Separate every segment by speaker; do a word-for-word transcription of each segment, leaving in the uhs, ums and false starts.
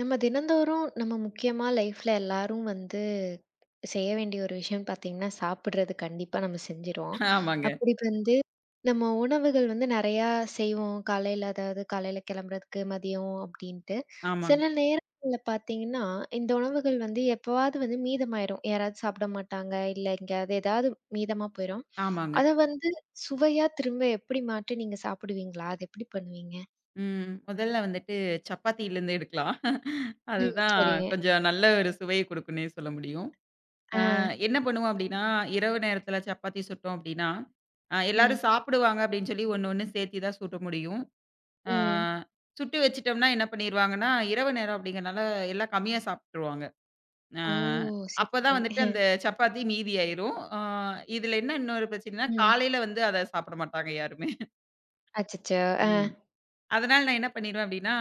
Speaker 1: நம்ம தினந்தோறும் நம்ம முக்கியமா லைஃப்ல எல்லாரும் வந்து செய்ய வேண்டிய ஒரு விஷயம் பார்த்தீங்கன்னா, சாப்பிடுறது கண்டிப்பா நம்ம செஞ்சிருவோம்.
Speaker 2: ஆமாங்க.
Speaker 1: அப்படி வந்து நம்ம உணவுகள் வந்து நெறையா செய்வோம். காலையில அதாவது காலையில கிளம்புறதுக்கு, மதியம் அப்படின்ட்டு.
Speaker 2: ஆமாங்க.
Speaker 1: சில நேரங்கள்ல பார்த்தீங்கன்னா, இந்த உணவுகள் வந்து எப்பவாவது வந்து மீதமாயிரும். யாராவது சாப்பிட மாட்டாங்க, இல்ல எங்கேயாவது ஏதாவது மீதமா போயிரும்.
Speaker 2: ஆமாங்க.
Speaker 1: அத வந்து சுவையா திரும்ப எப்படி மாற்றி நீங்க சாப்பிடுவீங்களா? அது எப்படி பண்ணுவீங்க?
Speaker 2: ம். முதல்ல வந்துட்டு சப்பாத்தியிலருந்து எடுக்கலாம்.
Speaker 1: ம்.
Speaker 2: அதுதான்
Speaker 1: சரிங்க.
Speaker 2: கொஞ்சம் நல்ல ஒரு சுவைய குடுக்குன்னே சொல்ல முடியும். ஆ
Speaker 1: ஆ.
Speaker 2: என்ன பண்ணுவோம் அப்டின்னா, இரவு நேரத்தில சப்பாத்தி சுட்டோம் அப்டின்னா, அ எல்லாரும்
Speaker 1: ம்.
Speaker 2: சாப்பிடுவாங்க அப்டின்னு சொல்லி ஒண்ணு ஒண்ணு சேர்த்தி தான் சுட முடியும். ஆ
Speaker 1: ம்.
Speaker 2: சுட்டு வச்சுட்டோம்னா என்ன பண்ணிருவாங்கன்னா, இரவு நேரம் அப்டிங்கிறனால எல்லாம் கம்மியா சாப்ட்டுருவாங்க. ஆ
Speaker 1: ஓ! சரி,
Speaker 2: அப்பதான்
Speaker 1: சரி.
Speaker 2: வந்துட்டு
Speaker 1: அஹ்.
Speaker 2: அந்த சப்பாத்தி மீதியாயிரும். ஆ இதுல என்ன இன்னொரு பிரச்சனைன்னா,
Speaker 1: ம்.
Speaker 2: காலையில வந்து அத சாப்பிட மாட்டாங்க யாருமே.
Speaker 1: அச்சச்சோ! ஆ.
Speaker 2: ம். அதனால நான் என்ன பண்ணிருவேன் அப்டின்னா,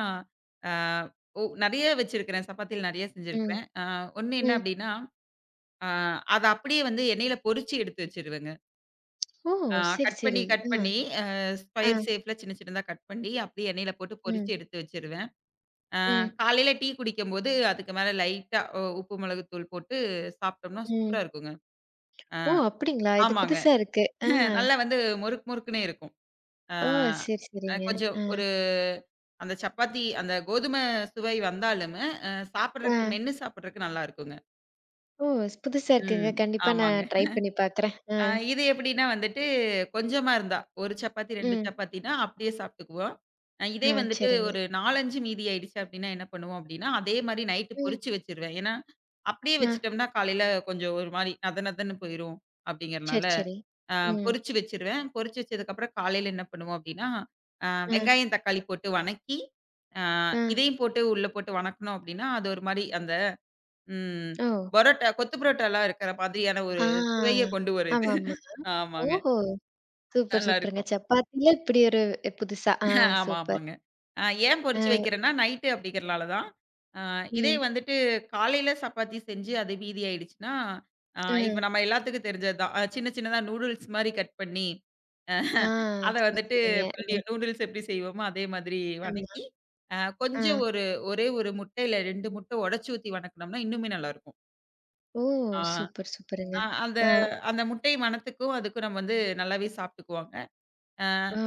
Speaker 2: அ ஒ நெறைய வச்சிருக்கிறேன். சப்பாத்தில நெறைய
Speaker 1: ம்.
Speaker 2: செஞ்சிருக்கிறேன். அ ஒண்ணு என்ன
Speaker 1: ம்.
Speaker 2: அப்டின்னா, அ அத அப்படியே வந்து எண்ணெயில பொரிச்சு எடுத்து வச்சுருவேங்க.
Speaker 1: ஓ!
Speaker 2: அ
Speaker 1: சரி,
Speaker 2: கட் பண்ணி,
Speaker 1: சரி.
Speaker 2: கட்
Speaker 1: ஆ.
Speaker 2: பண்ணி அ
Speaker 1: ஆ.
Speaker 2: ஸ்கொயர் ஷேப்ல சின்ன சின்னதா கட் பண்ணி, அப்படியே எண்ணெயில போட்டு பொரிச்சு
Speaker 1: ம்.
Speaker 2: எடுத்து வச்சுருவேன். அ
Speaker 1: ம்.
Speaker 2: காலையில டீ குடிக்கும்போது, அதுக்கு மேல லைட்டா ஒ உப்பு, மிளகுத்தூள் போட்டு சாப்பிட்டோம்னா சூப்பரா
Speaker 1: ம்.
Speaker 2: இருக்குங்க. அ
Speaker 1: ஓ! அப்படிங்களா? இது
Speaker 2: ஆமாங்க.
Speaker 1: புதுசா இருக்கு. ஆ.
Speaker 2: நல்லா வந்து மொறுக்கு மொறுக்குன்னே இருக்கும். அ
Speaker 1: ஓ! சரி,
Speaker 2: அ
Speaker 1: சரிங்க.
Speaker 2: கொஞ்சம்
Speaker 1: ஆ.
Speaker 2: ஒரு அந்த சப்பாத்தி அந்த கோதுமை சுவை வந்தாலுமே, அ
Speaker 1: ஆ.
Speaker 2: சாப்பிடுறக்கு மென்னு சாப்பிடுறக்கு நல்லா இருக்குங்க.
Speaker 1: ஓ! ஸ் புதுசா இருக்குங்க.
Speaker 2: ம்.
Speaker 1: கண்டிப்பா
Speaker 2: ஆமாங்க.
Speaker 1: நான் ட்ரை பண்ணி பார்க்குறேன். ஆ.
Speaker 2: அ இது எப்படின்னா வந்துட்டு, கொஞ்சமா இருந்தா, ஒரு சப்பாத்தி, ரெண்டு
Speaker 1: ம்.
Speaker 2: சப்பாத்தின்னா அப்படியே சாப்பிட்டுக்குவோம். அ இதே
Speaker 1: ஆ.
Speaker 2: வந்துட்டு
Speaker 1: சரிங்க.
Speaker 2: ஒரு நாலு, அஞ்சு மீதி ஆயிடுச்சு அப்படின்னா என்ன பண்ணுவோம் அப்படின்னா, அதே மாரி நைட்டு
Speaker 1: ம்.
Speaker 2: பொரிச்சு வச்சுருவேன். ஏன்னா, அப்படியே
Speaker 1: ஆ.
Speaker 2: வச்சுட்டோம்னா காலையில கொஞ்சம் ஒரு மாரி நத நதன்னு போயிரும்
Speaker 1: சரி,
Speaker 2: அப்படிங்கிறனால
Speaker 1: சரி.
Speaker 2: அ
Speaker 1: ம்.
Speaker 2: பொரிச்சு வச்சுருவேன். பொரிச்சு வச்சதுக்கப்புறம் காலையில என்ன பண்ணுவோம் அப்டின்னா, அ
Speaker 1: ஆ.
Speaker 2: வெங்காயம், தக்காளி போட்டு வணக்கி, அ
Speaker 1: ஆ.
Speaker 2: இதையும் போட்டு உள்ள போட்டு வணக்குனோம் அப்டின்னா, அது ஒரு மாரி அந்த ம்
Speaker 1: ஓ!
Speaker 2: பரோட்டா கொத்து பரோட்டாலாம் இருக்கிற மாதிரியான ஒரு சுவைய
Speaker 1: ஆ.
Speaker 2: கொண்டு வரும் இது.
Speaker 1: ஆமாமா.
Speaker 2: ஆமாங்க.
Speaker 1: ஓஹோ! சூப்பர், சூப்பருங்க.
Speaker 2: நல்லாருக்கும்.
Speaker 1: சப்பாத்தில இப்படி ஒரு புதுசா. ஆ
Speaker 2: ஆமா,
Speaker 1: சூப்பர்.
Speaker 2: ஆமாங்க. அ ஏன்
Speaker 1: ஆ.
Speaker 2: பொரிச்சு வைக்கிறேன்னா, நைட்டு அப்படிங்கிறனால தான். அ இதே
Speaker 1: ம்.
Speaker 2: வந்துட்டு காலையில சப்பாத்தி செஞ்சு அது மீதி ஆயிடுச்சுன்னா, அ இப்ப
Speaker 1: ம்.
Speaker 2: நம்ம எல்லாத்துக்கும் தெரிஞ்சது தான். அ சின்ன சின்னதா நூடுல்ஸ் மாரி கட் பண்ணி,
Speaker 1: ஆ
Speaker 2: அத
Speaker 1: சரி,
Speaker 2: வந்துட்டு
Speaker 1: சரிங்க. ம்.
Speaker 2: மறுபடியும் நூடுல்ஸ் எப்படி செய்வோமோ, அதே மாதிரி
Speaker 1: ஆமா.
Speaker 2: வணக்கி, அ
Speaker 1: ஆ.
Speaker 2: கொஞ்சம் ஒரு ஒரே ஒரு முட்டை இல்ல ரெண்டு முட்டை உடைச்சு ஊத்தி வணக்குனோம்னா இன்னுமே நல்லாருக்கும்.
Speaker 1: ஓ!
Speaker 2: ஆ,
Speaker 1: சூப்பர், சூப்பருங்க.
Speaker 2: அ அந்த
Speaker 1: ஆ,
Speaker 2: அந்த முட்டை மணத்துக்கும், அதுக்கும் நம்ம வந்து நல்லாவே சாப்பிட்டுக்குவாங்க.
Speaker 1: ஆ.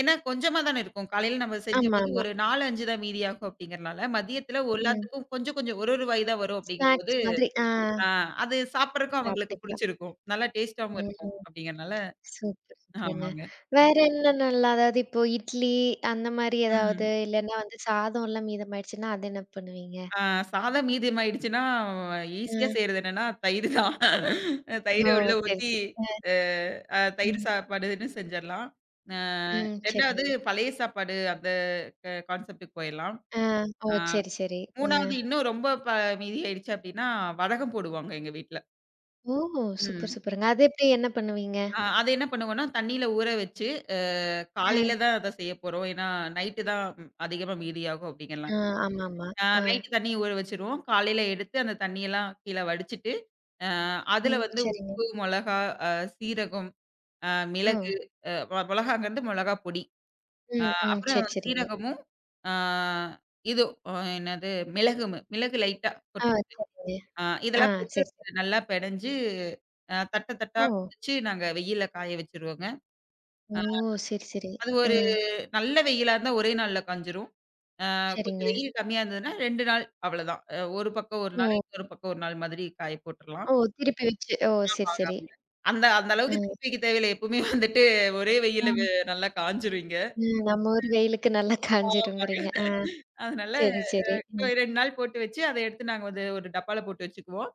Speaker 2: ஏன்னா கொஞ்சமா தானே இருக்கும். காலையில நம்ம
Speaker 1: ஆமா,
Speaker 2: செஞ்சபோது
Speaker 1: ஆமா.
Speaker 2: ஒரு நாலு, அஞ்சு தான் மீதியாகும் அப்படிங்கிறனால, மதியத்துல ஒரு
Speaker 1: ம்.
Speaker 2: எல்லாத்துக்கும் கொஞ்சம் கொஞ்சம் ஒரு ஒரு வாய் தான் வரும் அப்படிங்கும்போது,
Speaker 1: ஸ்நாக்ஸ் மாதிரி. ஆ
Speaker 2: ஆ அது சாப்பிடறதுக்கும் அவங்களுக்கு
Speaker 1: சாப்பிட்டுக்கலாம்.
Speaker 2: புடிச்சிருக்கும். நல்லா டேஸ்ட்டாவும் இருக்கும்
Speaker 1: ம்.
Speaker 2: அப்படிங்கிறனால
Speaker 1: சூப்பர், சூப்பருங்க.
Speaker 2: ஆமாங்க.
Speaker 1: வேற என்னென்னலாம் அதாவது இப்போ இட்லி அந்த மாரி ஏதாவது
Speaker 2: ம்.
Speaker 1: இல்லன்னா வந்து சாதம்லாம் மீதமாயிடுச்சுன்னா, அது என்ன பண்ணுவீங்க?
Speaker 2: ஆ சாதம் மீதமாயிடுச்சுன்னா
Speaker 1: அ.
Speaker 2: ஈஸியா செய்றது என்னன்னா தயிர் தான். தயிர
Speaker 1: ஓ!
Speaker 2: உள்ள
Speaker 1: சரி,
Speaker 2: ஊத்தி
Speaker 1: சரி. அ.
Speaker 2: அ அ தயிர்
Speaker 1: ம்.
Speaker 2: சாப்பாடுன்னு செஞ்சிடலாம். அ
Speaker 1: ம்.
Speaker 2: ரெண்டாவது
Speaker 1: சரிங்க.
Speaker 2: பழைய சாப்பாடு அந்த க கான்செப்ட்க்கு போயிரலாம்.
Speaker 1: ஆ. ஓ!
Speaker 2: ஆ.
Speaker 1: சரி, சரி. அ.
Speaker 2: மூணாவது இன்னும் ரொம்ப ப மீதி ஆயிடுச்சு அப்டின்னா, வடகம் போடுவாங்க எங்க வீட்ல.
Speaker 1: ஓ! சூப்பர்,
Speaker 2: ம்.
Speaker 1: சூப்பருங்க. அது எப்படி என்ன பண்ணுவீங்க?
Speaker 2: அ அத என்ன பண்ணுவோம்னா, தண்ணீல ஊற வச்சு, அ
Speaker 1: அ.
Speaker 2: காலையில தான் அத செய்யப் போறோம். ஏன்னா, நைட்டு தான் ம் அதிகமா மீதியாகும் அப்படிங்கலாம்.
Speaker 1: ஆ. ஆமாமா.
Speaker 2: அ
Speaker 1: ஆ.
Speaker 2: நைட்டு தண்ணி ஊற வச்சுருவோம். காலையில எடுத்து அந்த தண்ணியெல்லாம் கீழ வடிச்சுட்டு, அ அதுல
Speaker 1: ம்.
Speaker 2: வந்து
Speaker 1: சரிங்க.
Speaker 2: உப்பு, மொளகா, அ சீரகம், அ
Speaker 1: ஓ!
Speaker 2: மிளகு, அ மொ மொளகாங்கிறது மொளகா பொடி. அ
Speaker 1: ம், ம்.
Speaker 2: அப்புறம்
Speaker 1: சரி, சரிங்க.
Speaker 2: சீரகமும், அ இது அ என்னது மிளகும் மிளகு லைட்டா
Speaker 1: ஆ, சரிங்க.
Speaker 2: ஆ
Speaker 1: ஆ,
Speaker 2: இதெல்லாம் போட்டு
Speaker 1: சரி, சரி.
Speaker 2: நல்லா பெனஞ்சு, அ தட்ட தட்டா
Speaker 1: ஓ!
Speaker 2: பிரிச்சு நாங்க வெயில்ல காய வச்சுருவோங்க.
Speaker 1: ஓ! சரி, சரி.
Speaker 2: அது
Speaker 1: ஆ,
Speaker 2: ஒரு நல்ல வெயிலா இருந்தா ஒரே நாள்ல காஞ்சிரும். அ கொஞ்சம்
Speaker 1: சரிங்க.
Speaker 2: வெயில் கம்மியா இருந்ததுன்னா ரெண்டு நாள் அவ்வளதான். அ ஒரு பக்கம் ஒரு நாள்,
Speaker 1: ஓ!
Speaker 2: இன்னொரு பக்கம் ஒரு நாள் மாதிரி காய போட்டுறலாம்.
Speaker 1: ஓ! திருப்பி வச்சு ஓ! சரி,
Speaker 2: ஆமாங்க,
Speaker 1: சரி.
Speaker 2: ஆமாங்க. அந்த அந்த அளவுக்கு
Speaker 1: ஆ,
Speaker 2: திருப்பி வைக்க தேவையில்ல. எப்பவுமே வந்துட்டு ஒரே
Speaker 1: ஆ.
Speaker 2: வெயில்ல வெ நல்லா காஞ்சிரும் இங்க.
Speaker 1: ம். நம்ம ஊர் வெயிலுக்கு நல்லா
Speaker 2: ஆமாங்க.
Speaker 1: காய்ஞ்சிருங்கிறீங்க. ஆ,
Speaker 2: அதனால
Speaker 1: சரி, சரி. ம்,
Speaker 2: ரெண்டு நாள் போட்டு வச்சு, அத எடுத்து நாங்க வந்து ஒரு டப்பால போட்டு வச்சுக்குவோம்.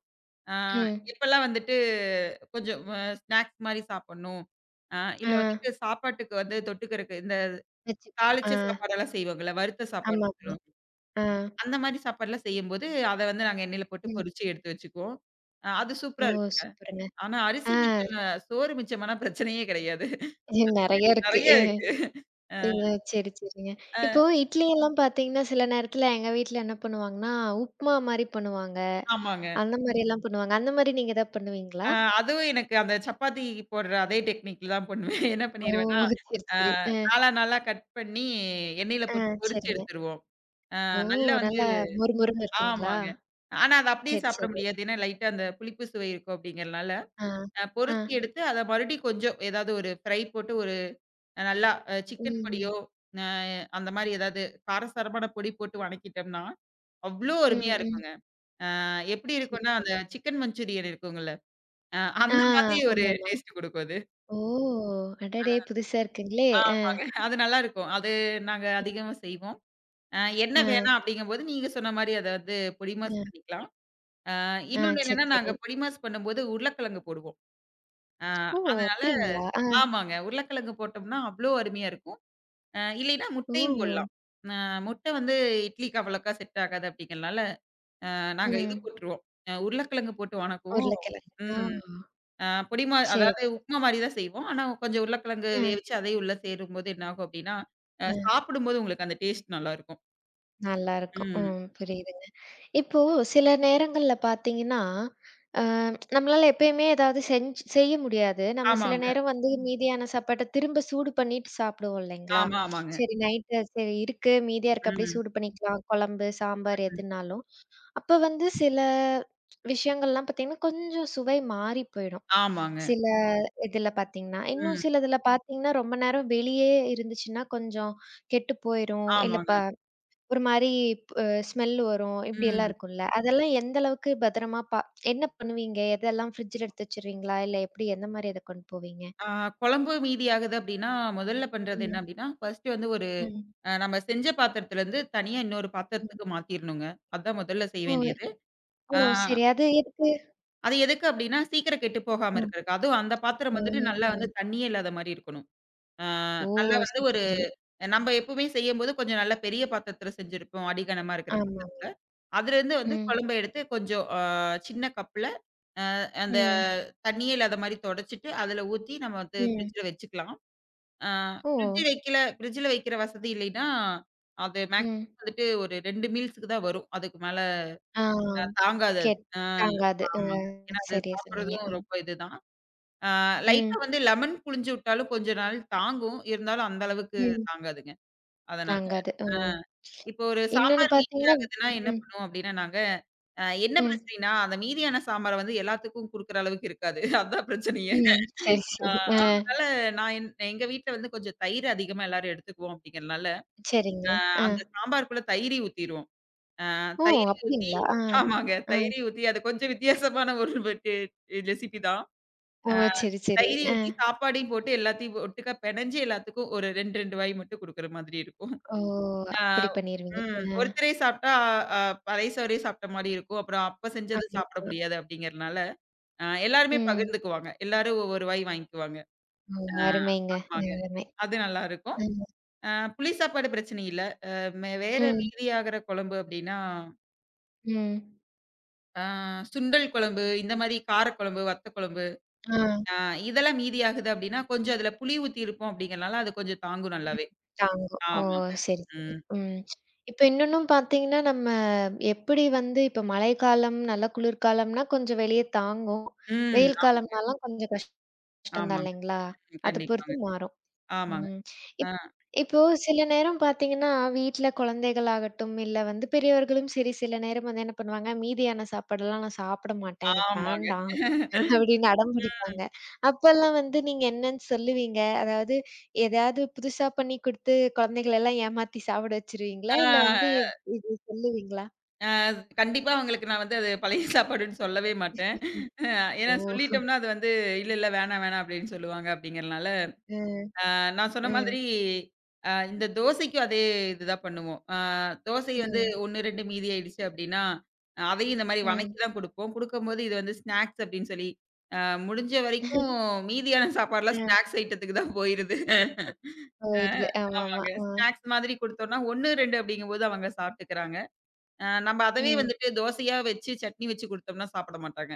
Speaker 2: ஆ
Speaker 1: ம்.
Speaker 2: இப்பல்லாம் வந்துட்டு கொஞ்சம் அ ஸ்நாக்ஸ் மாரி சாப்பிடணும். ஆ
Speaker 1: ஆ,
Speaker 2: இல்ல வந்துட்டு சாப்பாட்டுக்கு வந்து தொட்டுக்கறக்கு இந்த
Speaker 1: வச்சுக்கணும். ஆ,
Speaker 2: தாளிச்ச சாப்பாடெல்லாம் செய்வாங்கல்ல, வறுத்த சாப்பாடுன்னு
Speaker 1: ஆமாமா.
Speaker 2: சொல்லுவாங்க.
Speaker 1: ஆ,
Speaker 2: அந்த மாரி சாப்பாடுலாம் செய்யும்போது, அத வந்து நாங்க எண்ணெயில போட்டு
Speaker 1: ம்.
Speaker 2: பொரிச்சு எடுத்து வச்சுக்குவோம். அ அது
Speaker 1: ஓ!
Speaker 2: சூப்பரா இருக்குங்க.
Speaker 1: சூப்பருங்க.
Speaker 2: ஆனா அரிசி
Speaker 1: ஆ,
Speaker 2: மிச்சம் சோறு மிச்சமானா பிரச்சனையே கிடையாது.
Speaker 1: நெறைய இருக்கு.
Speaker 2: நெறைய இருக்கு. அ
Speaker 1: ஏங்க சரி, சரிங்க.
Speaker 2: அ
Speaker 1: இப்போ இட்லி எல்லாம் பார்த்தீங்கன்னா, சில நேரத்தில எங்க வீட்ல என்ன பண்ணுவாங்கன்னா, உப்மா மாரி பண்ணுவாங்க.
Speaker 2: ஆமாங்க.
Speaker 1: அந்த மாரியெல்லாம் பண்ணுவாங்க. அந்த மாரி நீங்க எதாவது
Speaker 2: அ
Speaker 1: பண்ணுவீங்களா?
Speaker 2: அதுவும் எனக்கு அந்த சப்பாத்தி போடுற அதே டெக்னிக்ல தான் பண்ணுவேன். என்ன
Speaker 1: ஓ!
Speaker 2: பண்ணிருவேன்னா,
Speaker 1: சரி,
Speaker 2: அ
Speaker 1: சரி. அ,
Speaker 2: நாலா நாலா கட் பண்ணி எண்ணெயில
Speaker 1: ஆ,
Speaker 2: போட்டு பொரிச்சு
Speaker 1: சரிங்க.
Speaker 2: எடுத்துருவோம். ஆ
Speaker 1: ஓ!
Speaker 2: நல்லா வந்து
Speaker 1: நல்லா மொறுமொறுன்னு இருக்குங்களா?
Speaker 2: ஆமாங்க. ஆனா, அத அப்படியே
Speaker 1: சரி,
Speaker 2: சாப்பிட
Speaker 1: சரி.
Speaker 2: முடியாது. ஏன்னா, லைட்டா அந்த புளிப்பு சுவை இருக்கும் அப்படிங்கிறனால,
Speaker 1: ஆ,
Speaker 2: அ
Speaker 1: ஆ.
Speaker 2: பொறிச்சு எடுத்து அத மறுபடியும் கொஞ்சம் ஏதாவது ஒரு ஃப்ரை போட்டு ஒரு அஹ், நல்லா அ சிக்கன் பொடியோ,
Speaker 1: ம்,
Speaker 2: அ அந்த மாரி ஏதாவது காரசாரமான பொடி போட்டு வணக்கிட்டோம்னா, அவ்ளோ அருமையா
Speaker 1: ம், ம்.
Speaker 2: இருக்குங்க. அ எப்படி
Speaker 1: சரி,
Speaker 2: இருக்கும்னா, அந்த
Speaker 1: சரி.
Speaker 2: சிக்கன் மஞ்சூரியன் இருக்குங்கல்ல, அ
Speaker 1: ஆ,
Speaker 2: அந்த மாதிரி ஒரு
Speaker 1: ஆமாமா.
Speaker 2: டேஸ்ட் குடுக்கும் அது.
Speaker 1: ஓ! அடடே! புதுசா இருக்குங்களே! அ,
Speaker 2: ஆமாங்க. அது நல்லாருக்கும். அது நாங்க அதிகமா செய்வோம். அ
Speaker 1: ஆ,
Speaker 2: எண்ணெய் வேணாம் அப்படிங்கும்போது, நீங்க சொன்ன மாரி அத வந்து பொடி மாஸ்
Speaker 1: ஆ,
Speaker 2: பண்ணிக்கலாம். அ
Speaker 1: ஆ.
Speaker 2: இன்னொன்னு
Speaker 1: சரி,
Speaker 2: என்னன்னா, நாங்க
Speaker 1: சரி.
Speaker 2: பொடிமாஸ் பண்ணும்போது உருளைக்கிழங்கு போடுவோம். அ
Speaker 1: ஓ!
Speaker 2: அதனால
Speaker 1: அப்படிங்களா? ஆ,
Speaker 2: ஆமாங்க. உருளைக்கிழங்கு போட்டோம்னா, அவ்ளோ அருமையா இருக்கும். அ இல்லைன்னா முட்டையும்
Speaker 1: ஓ!
Speaker 2: போடலாம். அ முட்டை வந்து இட்லிக்கு அவ்வளோக்கா செட் ஆகாது அப்படிங்கிறனால, அ நாங்க இது
Speaker 1: ம்.
Speaker 2: போட்டுருவோம். அ உருளைக்கிழங்கு போட்டு வணக்குவோம்.
Speaker 1: உருளைக்கிழங்கு. ஆ.
Speaker 2: ம். அ பொடிமா
Speaker 1: சரி,
Speaker 2: அதாவது
Speaker 1: சரி.
Speaker 2: உப்புமா மாரி தான் செய்வோம். ஆனா கொஞ்சம் உருளைக்கிழங்கு
Speaker 1: ம்,
Speaker 2: வேவிச்சு அதையும் உள்ள சேரும்போது என்ன ஆகும் அப்படின்னா, அ
Speaker 1: ம்.
Speaker 2: சாப்பிடும்போது உங்களுக்கு அந்த டேஸ்ட் நல்லாயிருக்கும்.
Speaker 1: நல்லாருக்கும்.
Speaker 2: ம்.
Speaker 1: ம். புரியுதுங்க. இப்போ சில நேரங்கள்ல பார்த்தீங்கன்னா, அ நம்மளால எப்பயுமே ஏதாவது செஞ்சு செய்ய முடியாது. நம்ம சில
Speaker 2: ஆமாங்க.
Speaker 1: நேரம் வந்து மீதியான சாப்பாட்ட திரும்ப சூடு பண்ணிட்டு சாப்பிடுவோம் இல்லைங்களா?
Speaker 2: ஆமா, ஆமாங்க.
Speaker 1: சரி நைட்டு சரி இருக்கு, மீதியா இருக்கு அப்படியே
Speaker 2: ம்.
Speaker 1: சூடு பண்ணிக்கலாம். குழம்பு, சாம்பார்
Speaker 2: ம்.
Speaker 1: எதுனாலும். அப்ப வந்து சில விஷயங்கள்லாம் பார்த்தீங்கன்னா, கொஞ்சம் சுவை மாறி போயிடும்.
Speaker 2: ஆமாங்க.
Speaker 1: சில இதுல பார்த்தீங்கன்னா. இன்னும்
Speaker 2: ம்.
Speaker 1: சிலதுல பார்த்தீங்கன்னா, ரொம்ப நேரம் வெளியே இருந்துச்சுன்னா, கொஞ்சம் கெட்டு போயிரும். இல்ல ப
Speaker 2: ஆமாங்க.
Speaker 1: ஒரு மாரி அ ஸ்மெல் வரும். இப்படியெல்லாம்
Speaker 2: ம்.
Speaker 1: இருக்கும்ல. அதெல்லாம் எந்த அளவுக்கு பத்திரமா பா என்ன பண்ணுவீங்க? எதெல்லாம் ஃப்ரிட்ஜ்ல எடுத்து வச்சுருவீங்களா? இல்ல எப்படி எந்த மாரி அத கொண்டு போவீங்க?
Speaker 2: ஆ குழம்பு மீதி ஆகுது அப்படின்னா, முதல்ல பண்றது
Speaker 1: ம்.
Speaker 2: என்ன அப்படின்னா, ஃபர்ஸ்ட்டு வந்து ஒரு
Speaker 1: ம்.
Speaker 2: அ நம்ம செஞ்ச பாத்திரத்துலருந்து தனியா இன்னொரு
Speaker 1: ம்.
Speaker 2: பாத்திரத்துக்கு மாத்திரணுங்க. அதான் முதல்ல செய்ய
Speaker 1: ஓ!
Speaker 2: வேண்டியது.
Speaker 1: ஓ!
Speaker 2: ஆ
Speaker 1: சரி. அது எதுக்கு?
Speaker 2: அது எதுக்கு அப்படின்னா, சீக்கிரம் கெட்டு போகாம
Speaker 1: ம்.
Speaker 2: இருக்கிறதுக்கு. அதுவும் அந்த பாத்திரம் வந்துட்டு நல்லா
Speaker 1: ஓ!
Speaker 2: வந்து தண்ணியே இல்லாத மாரி இருக்கணும். ஆ
Speaker 1: ஓ!
Speaker 2: நல்லா வந்து
Speaker 1: சரி,
Speaker 2: ஒரு
Speaker 1: சரி.
Speaker 2: நம்ம எப்பவுமே செய்யும்போது கொஞ்சம் நல்ல பெரிய பாத்திரத்துல செஞ்சிருப்போம். அடிகனமா இருக்கிற
Speaker 1: ஆமாங்க.
Speaker 2: பாத்திரத்துல. அதுலேருந்து வந்து
Speaker 1: ம்.
Speaker 2: குழம்ப எடுத்து கொஞ்சம் ஆ சின்ன கப்ல அந்த
Speaker 1: ம்.
Speaker 2: தண்ணியே இல்லாத மாரி தொடச்சிட்டு, அதில ஊத்தி நம்ம வந்து
Speaker 1: ம்.
Speaker 2: ஃப்ரிட்ஜ்ல வச்சுக்கலாம். ஆ
Speaker 1: ஓ!
Speaker 2: ஃப்ரிட்ஜ் வைக்கல ஃப்ரிட்ஜ்ல வைக்கிற வசதி இல்லைன்னா, அது
Speaker 1: ம்.
Speaker 2: மேக்ஸிமம் வந்துட்டு ஒரு ரெண்டு மீல்ஸ்க்கு தான் வரும். அதுக்கு மேல
Speaker 1: ஆ.
Speaker 2: அ தாங்காது அது.
Speaker 1: கேட்
Speaker 2: ஆ
Speaker 1: தாங்காது. அ
Speaker 2: ஆமாங்க. ஏன்னா அது
Speaker 1: சரியா சொன்னீங்க.
Speaker 2: சாப்பிடுறதும்
Speaker 1: அ.
Speaker 2: ரொம்ப இதுதான். ஆ லைட்டா
Speaker 1: ம்.
Speaker 2: வந்து லெமன் புழிஞ்சு விட்டாலும் கொஞ்ச நாள் தாங்கும். இருந்தாலும் அந்த அளவுக்கு
Speaker 1: ம்.
Speaker 2: தாங்காதுங்க. அதனால
Speaker 1: தாங்காது. ஓ!
Speaker 2: ஆ இப்போ ஒரு
Speaker 1: இன்னொன்னு
Speaker 2: சாம்பார்
Speaker 1: பார்த்தீங்கன்னா
Speaker 2: மீதியாகுதுன்னா என்ன
Speaker 1: ம்.
Speaker 2: பண்ணுவோம் அப்டின்னா, நாங்க அ என்ன
Speaker 1: ம்.
Speaker 2: பிரச்சனைன்னா, அந்த மீதியான சாம்பார வந்து எல்லாத்துக்கும் குடுக்குற அளவுக்கு இருக்காது. அதான் பிரச்சனையே.
Speaker 1: ம். சரி,
Speaker 2: ஆ
Speaker 1: சரி. ஆ.
Speaker 2: அதனால நான் என் எங்க வீட்ல வந்து கொஞ்சம் தயிர் அதிகமா எல்லாரும் எடுத்துக்குவோம் அப்படிங்கிறனால,
Speaker 1: சரிங்க.
Speaker 2: அ
Speaker 1: ஆ.
Speaker 2: அந்த சாம்பாருக்குள்ள தயிரி ஊத்திருவோம். அ
Speaker 1: ஓ!
Speaker 2: தயிரி ஊத்தி
Speaker 1: அப்டிங்களா? ஆ.
Speaker 2: ஆமாங்க.
Speaker 1: ஆ.
Speaker 2: தயிரி ஊத்தி அது கொஞ்சம் வித்தியாசமான ஒரு டே ரெசிபி தான்.
Speaker 1: ஓ!
Speaker 2: அ
Speaker 1: சரி, சரி.
Speaker 2: தயிரி
Speaker 1: ஆ.
Speaker 2: ஊத்தி சாப்பாடையும் போட்டு எல்லாத்தையும் ஒட்டுக்கா பெனஞ்சு எல்லாத்துக்கும் ஒரு ரெண்டு, ரெண்டு வாய் மட்டும் குடுக்குற மாதிரி இருக்கும்.
Speaker 1: ஓ!
Speaker 2: ஆ
Speaker 1: அப்படி பண்ணிருவீங்க.
Speaker 2: ம்.
Speaker 1: ஆ.
Speaker 2: ஒருத்தரே சாப்பிட்டா அ பழைய சோறே சாப்பிட்ட மாரி இருக்கும். அப்புறம் அப்ப செஞ்சது
Speaker 1: ஆமா,
Speaker 2: சாப்பிட
Speaker 1: ஆமா.
Speaker 2: முடியாது அப்படிங்கிறனால, அ எல்லாருமே
Speaker 1: ம்.
Speaker 2: பகிர்ந்துக்குவாங்க. எல்லாரும் ஒவ்வொரு வாய் வாங்கிக்குவாங்க.
Speaker 1: ஓ!
Speaker 2: ஆ,
Speaker 1: அருமைங்க.
Speaker 2: ஆமாங்க.
Speaker 1: அருமை.
Speaker 2: அது நல்லாருக்கும்.
Speaker 1: ம்.
Speaker 2: அ புளி சாப்பாடு பிரச்சனை இல்ல. அ மே வேற
Speaker 1: ம்.
Speaker 2: மீதியாகிற குழம்பு அப்டின்னா,
Speaker 1: ம்.
Speaker 2: ஆ சுண்டல் குழம்பு, இந்த மாரி காரக்குழம்பு, வத்த குழம்பு,
Speaker 1: ஆ.
Speaker 2: ஆ இதெல்லாம் மீதியாகுது அப்டின்னா, கொஞ்சம் அதுல புளி ஊத்தியிருப்போம் அப்டிங்கிறனால, அது கொஞ்சம் தாங்கும்
Speaker 1: ம்.
Speaker 2: நல்லாவே.
Speaker 1: தாங்கும். ஓ!
Speaker 2: ஆமாங்க.
Speaker 1: சரி, சரி.
Speaker 2: ம்.
Speaker 1: ம். இப்ப இன்னொன்னும் பார்த்தீங்கன்னா, நம்ம எப்படி வந்து இப்ப மழைக்காலம், நல்ல குளிர்காலம்னா கொஞ்சம் வெளிய தாங்கும்.
Speaker 2: ம்.
Speaker 1: வெயில்
Speaker 2: ஆமாங்க,
Speaker 1: காலம்னாலாம் கொஞ்சம் கஷ்டம் தான்
Speaker 2: ஆமாங்க.
Speaker 1: இல்லைங்களா?
Speaker 2: ம்.
Speaker 1: அத
Speaker 2: கண்டிப்பாங்க.
Speaker 1: பொறுத்து மாறும்.
Speaker 2: ஆமாங்க.
Speaker 1: ம்.
Speaker 2: ஆ,
Speaker 1: இப் இப்போ சில நேரம் பார்த்தீங்கன்னா, வீட்ல குழந்தைகளாகட்டும், இல்ல வந்து பெரியவர்களும் சரி, சில நேரம் வந்து என்ன பண்ணுவாங்க, மீதியான சாப்பாடெல்லாம் நான் சாப்பிட மாட்டேன். எனக்கு
Speaker 2: ஆமாங்க.
Speaker 1: வேண்டாம். அப்படின்னு அடம் பிடிப்பாங்க. அப்பல்லாம் வந்து நீங்க என்னன்னு சொல்லுவீங்க? அதாவது எதாவது புதுசா பண்ணி குடுத்து குழந்தைகள எல்லாம் ஏமாத்தி சாப்பிட வச்சுருவீங்களா?
Speaker 2: ஆ,
Speaker 1: இல்ல வந்து இது சொல்லுவீங்களா?
Speaker 2: அ கண்டிப்பா அவங்களுக்கு நான் வந்து அது பழைய சாப்பாடுன்னு சொல்லவே மாட்டேன்.
Speaker 1: ம்.
Speaker 2: அஹ் ஏன்னா
Speaker 1: ஓ!
Speaker 2: சொல்லிட்டோம்னா, அது வந்து இல்ல, இல்ல வேணாம், வேணாம் அப்டின்னு சொல்லுவாங்க அப்டிங்கிறனால
Speaker 1: அ,
Speaker 2: நான் சொன்ன
Speaker 1: அ,
Speaker 2: மாதிரி அ இந்த தோசைக்கும் அதே இதுதான் பண்ணுவோம். அ தோசை வந்து
Speaker 1: ம்,
Speaker 2: ஒண்ணு, ரெண்டு மீதி ஆயிடுச்சு அப்டின்னா, அதையும் இந்த மாரி வணக்கி
Speaker 1: ம்.
Speaker 2: தான் குடுப்போம். குடுக்கும்போது இது வந்து ஸ்நாக்ஸ் அப்டின்னு சொல்லி, அ முடிஞ்ச வரைக்கும் மீதியான
Speaker 1: அ
Speaker 2: சாப்பாடுலாம் ஸ்நாக்ஸ் ஐட்டத்துக்கு தான் போயிருது. அ
Speaker 1: போயிடுது. ஆமாமா.
Speaker 2: ஆமாங்க.
Speaker 1: ஆ.
Speaker 2: ஸ்நாக்ஸ் மாதிரி குடுத்தோம்னா ஒண்ணு, ரெண்டு அப்படிங்கும்போது அவங்க சாப்ட்டுக்கிறாங்க. அ நம்ம அதவே
Speaker 1: ம்.
Speaker 2: வந்துட்டு தோசையா வச்சு, சட்னி வச்சு குடுத்தோம்னா சாப்பிட மாட்டாங்க.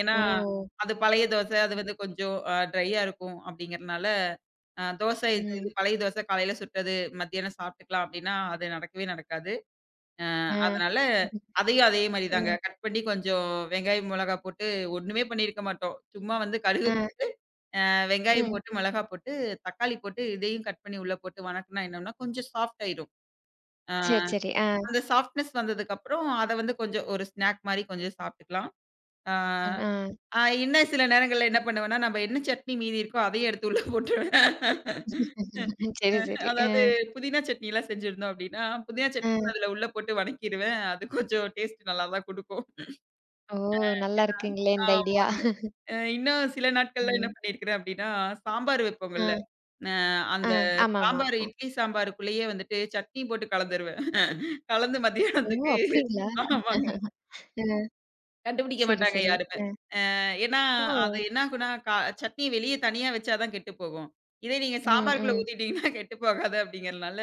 Speaker 2: ஏன்னா,
Speaker 1: ஓ!
Speaker 2: அது பழைய தோசை. அது வந்து கொஞ்சம் அ ட்ரையா இருக்கும் அப்படிங்கிறனால, அ தோசை இது இது
Speaker 1: ம்.
Speaker 2: பழைய தோசை காலையில சுட்டது, மத்தியானம் சாப்பிட்டுக்கலாம் அப்படின்னா, அது நடக்கவே நடக்காது. அ
Speaker 1: ஆ.
Speaker 2: அதனால அதையும் அதே மாரி தாங்க.
Speaker 1: ம்.
Speaker 2: கட் பண்ணி கொஞ்சம் வெங்காயம், மிளகாய் போட்டு ஒண்ணுமே பண்ணியிருக்க மாட்டோம். சும்மா வந்து கடுகு
Speaker 1: ஆ.
Speaker 2: போட்டு, அ வெங்காயம்
Speaker 1: ம்.
Speaker 2: போட்டு, மிளகாய் போட்டு, தக்காளி போட்டு இதையும் கட் பண்ணி உள்ள போட்டு வணக்குனா என்னன்னா, கொஞ்சம் சாஃப்ட் ஆயிரும். அ
Speaker 1: சரி, சரி. ஆ.
Speaker 2: அந்த சாஃப்ட்னஸ் வந்ததுக்கப்புறம், அத வந்து கொஞ்சம் ஒரு ஸ்நாக் மாரி கொஞ்சம் சாப்பிட்டுக்கலாம். அ
Speaker 1: அன் ஆ.
Speaker 2: ஆ இன்னும் சில நேரங்கள்ல என்ன பண்ணுவேன்னா, நம்ம என்ன சட்னி மீதி இருக்கோ, அதையும் எடுத்து உள்ள போட்டுருவேன்.
Speaker 1: சரி,
Speaker 2: அஹ்
Speaker 1: சரி. அ,
Speaker 2: அதாவது புதினா சட்னிலாம் செஞ்சிருந்தோம் அப்டின்னா, புதினா சட்னி
Speaker 1: அ.
Speaker 2: அதுல உள்ள போட்டு வணக்கிருவேன். அது கொஞ்சம் டேஸ்ட் நல்லா தான் குடுக்கும்.
Speaker 1: ஓ! நல்லா இருக்குங்களே
Speaker 2: அ
Speaker 1: இந்த ஐடியா.
Speaker 2: ஆமாங்க. அ இன்னும் சில நாட்கள்ல என்ன
Speaker 1: ம்.
Speaker 2: பண்ணியிருக்கிறேன் அப்டின்னா, சாம்பார் வைப்போங்கல்ல.
Speaker 1: ஆ,
Speaker 2: அ
Speaker 1: ஆ.
Speaker 2: அந்த
Speaker 1: ஆமாமா.
Speaker 2: சாம்பார் இட்லி சாம்பாருக்குள்ளேயே வந்துட்டு சட்னி போட்டு கலந்துருவேன். கலந்து
Speaker 1: ஓ!
Speaker 2: மத்தியானத்துக்கு
Speaker 1: அப்படிங்களா?
Speaker 2: ஆமாங்க.
Speaker 1: அ.
Speaker 2: கண்டுபிடிக்க
Speaker 1: சரி,
Speaker 2: மாட்டாங்க
Speaker 1: சரி.
Speaker 2: யாருமே.
Speaker 1: அ.
Speaker 2: ஏன்னா,
Speaker 1: ஓ!
Speaker 2: அது என்ன ஆகும்னா, கா சட்னி வெளிய தனியா வச்சா தான் கெட்டு போகும். இதே நீங்க
Speaker 1: ம்,
Speaker 2: சாம்பாருக்குள்ள
Speaker 1: ம்.
Speaker 2: ஊத்திட்டீங்கன்னா கெட்டு போகாது அப்படிங்கிறனால,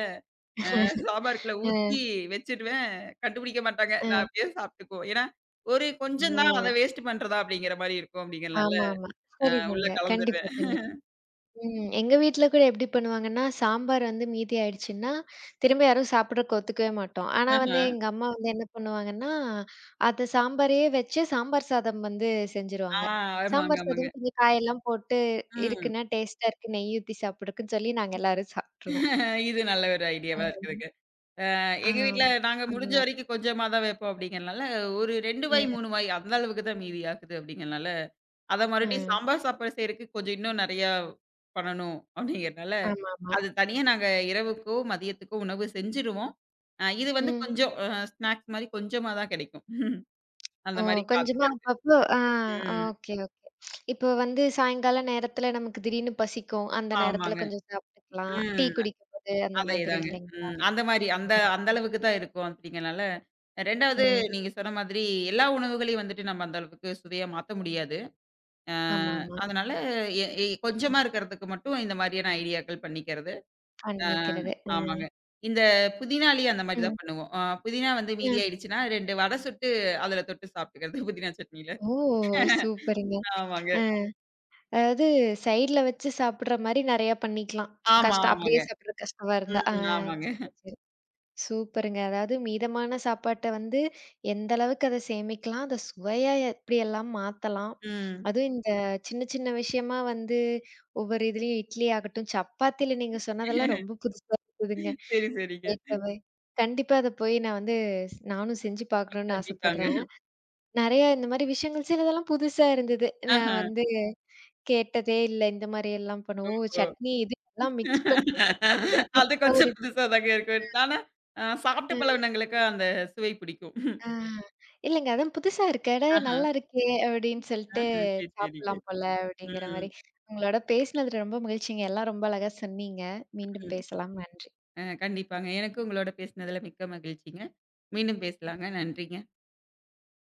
Speaker 2: சாம்பாருக்குள்ள
Speaker 1: அ,
Speaker 2: ஊத்தி வச்சுடுவேன். கண்டுபிடிக்க மாட்டாங்க.
Speaker 1: அ.
Speaker 2: நான் அப்படியே சாப்பிட்டுக்குவோம். ஏன்னா, ஒரு கொஞ்சம் தான் அத
Speaker 1: ஓ!
Speaker 2: வேஸ்ட் பண்றதா அப்படிங்கிற மாரி இருக்கும் அப்படிங்கிறனால,
Speaker 1: ஆமா, ஆமா.
Speaker 2: அ உள்ள
Speaker 1: சரிதாங்க. கண்டிப்பா,
Speaker 2: கலந்துருவேன்.
Speaker 1: கண்டிப்பா. ம். எங்க வீட்ல கூட எப்படி பண்ணுவாங்கன்னா, சாம்பார் வந்து மீதி ஆயிடுச்சுன்னா, திரும்ப யாரும் சாப்பிடறக்கு ஒத்துக்கவே மாட்டோம். ஆனா
Speaker 2: ஆஹா.
Speaker 1: வந்து எங்க அம்மா வந்து என்ன பண்ணுவாங்கன்னா, அந்த சாம்பாரையே வச்சு சாம்பார் சாதம் வந்து
Speaker 2: ஆ
Speaker 1: செஞ்சுருவாங்க.
Speaker 2: ஆமாங்க,
Speaker 1: சாம்பார்
Speaker 2: ஆமாங்க.
Speaker 1: சாதம் கொஞ்சம் காயெல்லாம் போட்டு
Speaker 2: ம்.
Speaker 1: இருக்குன்னா, டேஸ்ட்டா இருக்கு, நெய் ஊத்தி சாப்பிடறக்குன்னு சொல்லி நாங்க எல்லாரும் சாப்பிட்டுருவோம்.
Speaker 2: இது நல்ல ஒரு ஐடியாவா
Speaker 1: ஆம்.
Speaker 2: இருக்குதுங்க. அ எங்க வீட்ல
Speaker 1: ஆம்.
Speaker 2: நாங்க
Speaker 1: அந்த
Speaker 2: முடிஞ்ச
Speaker 1: மாதிரி.
Speaker 2: வரைக்கும் கொஞ்சமா தான் வைப்போம் அப்படிங்கிறனால, ஒரு ரெண்டு வாய்,
Speaker 1: அ,
Speaker 2: மூணு வாய் அந்த அளவுக்கு தான் மீதி ஆகுது அப்படிங்கிறனால அத
Speaker 1: அ.
Speaker 2: மறுபடியும் சாம்பார் சாப்பாடு செய்றதுக்கு கொஞ்சம் இன்னும் நெறையா பண்ணணும் அப்படிங்கிறனால,
Speaker 1: ஆமாமா.
Speaker 2: அது தனியா நாங்க இரவுக்கோ, மதியத்துக்கோ உணவு செஞ்சுருவோம். அ இது வந்து
Speaker 1: ம்.
Speaker 2: கொஞ்சம் அ ஸ்நாக்ஸ் மாரி கொஞ்சமா தான் கிடைக்கும். அந்த
Speaker 1: ஓ!
Speaker 2: மாரி
Speaker 1: கொஞ்சமா
Speaker 2: பார்த்துக்கிறது.
Speaker 1: அப்பப்போ ஆ
Speaker 2: ம்.
Speaker 1: Okay, okay. இப்போ வந்து சாயங்கால நேரத்துல நமக்கு திடீர்னு பசிக்கும். அந்த நேரத்துல
Speaker 2: ஆமாங்க.
Speaker 1: கொஞ்சம் சாப்பிட்டுக்கலாம். டீ
Speaker 2: ம்.
Speaker 1: குடிக்கும்போது அந்த மாதிரி
Speaker 2: அதேதாங்க.
Speaker 1: இல்லைங்களா?
Speaker 2: ம். அந்த மாரி அந்த
Speaker 1: ம்.
Speaker 2: அந்த அளவுக்கு தான் இருக்கும் அப்படிங்கிறனால, ரெண்டாவது
Speaker 1: ம்.
Speaker 2: நீங்க சொன்ன மாதிரி எல்லா உணவுகளையும் வந்துட்டு நம்ம அந்த அளவுக்கு சுவையா மாத்த முடியாது. அ
Speaker 1: ஆமாமா.
Speaker 2: அதனால எ எ கொஞ்சமா இருக்கிறதுக்கு மட்டும் இந்த மாதிரியான ஐடியாக்கள் பண்ணிக்கிறது. ஆ,
Speaker 1: பண்ணிக்கிறது. ம்.
Speaker 2: ஆமாங்க. இந்த புதினாலயே அந்த மாரி
Speaker 1: ம்.
Speaker 2: தான் பண்ணுவோம். அ புதினா வந்து
Speaker 1: அ.
Speaker 2: மீதியாயிடுச்சுன்னா ரெண்டு வடை சுட்டு அதுல தொட்டு சாப்பிட்டுக்கிறது புதினா சட்னில.
Speaker 1: ஓ! சூப்பருங்க.
Speaker 2: ஆமாங்க.
Speaker 1: அ அதாவது சைடுல வச்சு சாப்பிடுற மாரி நெறையா பண்ணிக்கலாம்.
Speaker 2: ஆமா,
Speaker 1: கஷ்டம் அப்படியே
Speaker 2: ஆமாங்க.
Speaker 1: சாப்பிடுறது கஷ்டமா இருந்தா. ஆ
Speaker 2: ம். ஆமாங்க.
Speaker 1: சரி, சரி. சூப்பருங்க. அதாவது மீதமான சாப்பாட்ட வந்து எந்த அளவுக்கு அத சேமிக்கலாம், அத சுவையா எப்படியெல்லாம் மாத்தலாம்.
Speaker 2: ம்.
Speaker 1: அதுவும் இந்த சின்ன சின்ன விஷயமா வந்து ஒவ்வொரு இதுலயும் இட்லி ஆகட்டும், சப்பாத்தில நீங்க சொன்னதெல்லாம் ரொம்ப புதுசா இருக்குதுங்க.
Speaker 2: சரி, சரிங்க.
Speaker 1: கேட்கவே. கண்டிப்பா அத போய் நான் வந்து ஸ் நானும் செஞ்சு பார்க்கணும்னு
Speaker 2: கண்டிப்பாங்க.
Speaker 1: ஆசைப்படுறேன். நெறைய இந்த மாரி விஷயங்கள் சிலதெல்லாம் புதுசா இருந்தது.
Speaker 2: ஆஹா.
Speaker 1: நான் வந்து கேட்டதே இல்ல. இந்த மாரி எல்லாம் பண்ணுவோம்.
Speaker 2: ஓஹோ!
Speaker 1: சட்னி இது எல்லாம் மிக்ஸ் பண்ணி ஒரு
Speaker 2: அது
Speaker 1: புதுசா
Speaker 2: கொஞ்சம்
Speaker 1: ஒரு
Speaker 2: புதுசா
Speaker 1: அ.
Speaker 2: தாங்க இருக்கும். ஆனா, அ சாப்பிட்ட பழவினங்களுக்கு அந்த சுவை பிடிக்கும்.
Speaker 1: ஆ. இல்லங்க. அதுவும் புதுசா இருக்கு. அட
Speaker 2: ஆஹா.
Speaker 1: நல்லா இருக்கே! அப்டின்னு
Speaker 2: ஆஹ.
Speaker 1: சொல்லிட்டு
Speaker 2: சரி, சரிங்க.
Speaker 1: சாப்பிடலாம் போல அப்டிங்கிற
Speaker 2: ம்.
Speaker 1: மாரி. உங்களோட பேசினது ரொம்ப மகிழ்ச்சிங்க. எல்லாம் ரொம்ப அழகா சொன்னீங்க. மீண்டும்
Speaker 2: ம்.
Speaker 1: பேசலாம். நன்றி.
Speaker 2: அ கண்டிப்பாங்க. எனக்கும் உங்களோட பேசினதுல மிக்க மகிழ்ச்சிங்க. மீண்டும் பேசலாங்க. நன்றிங்க.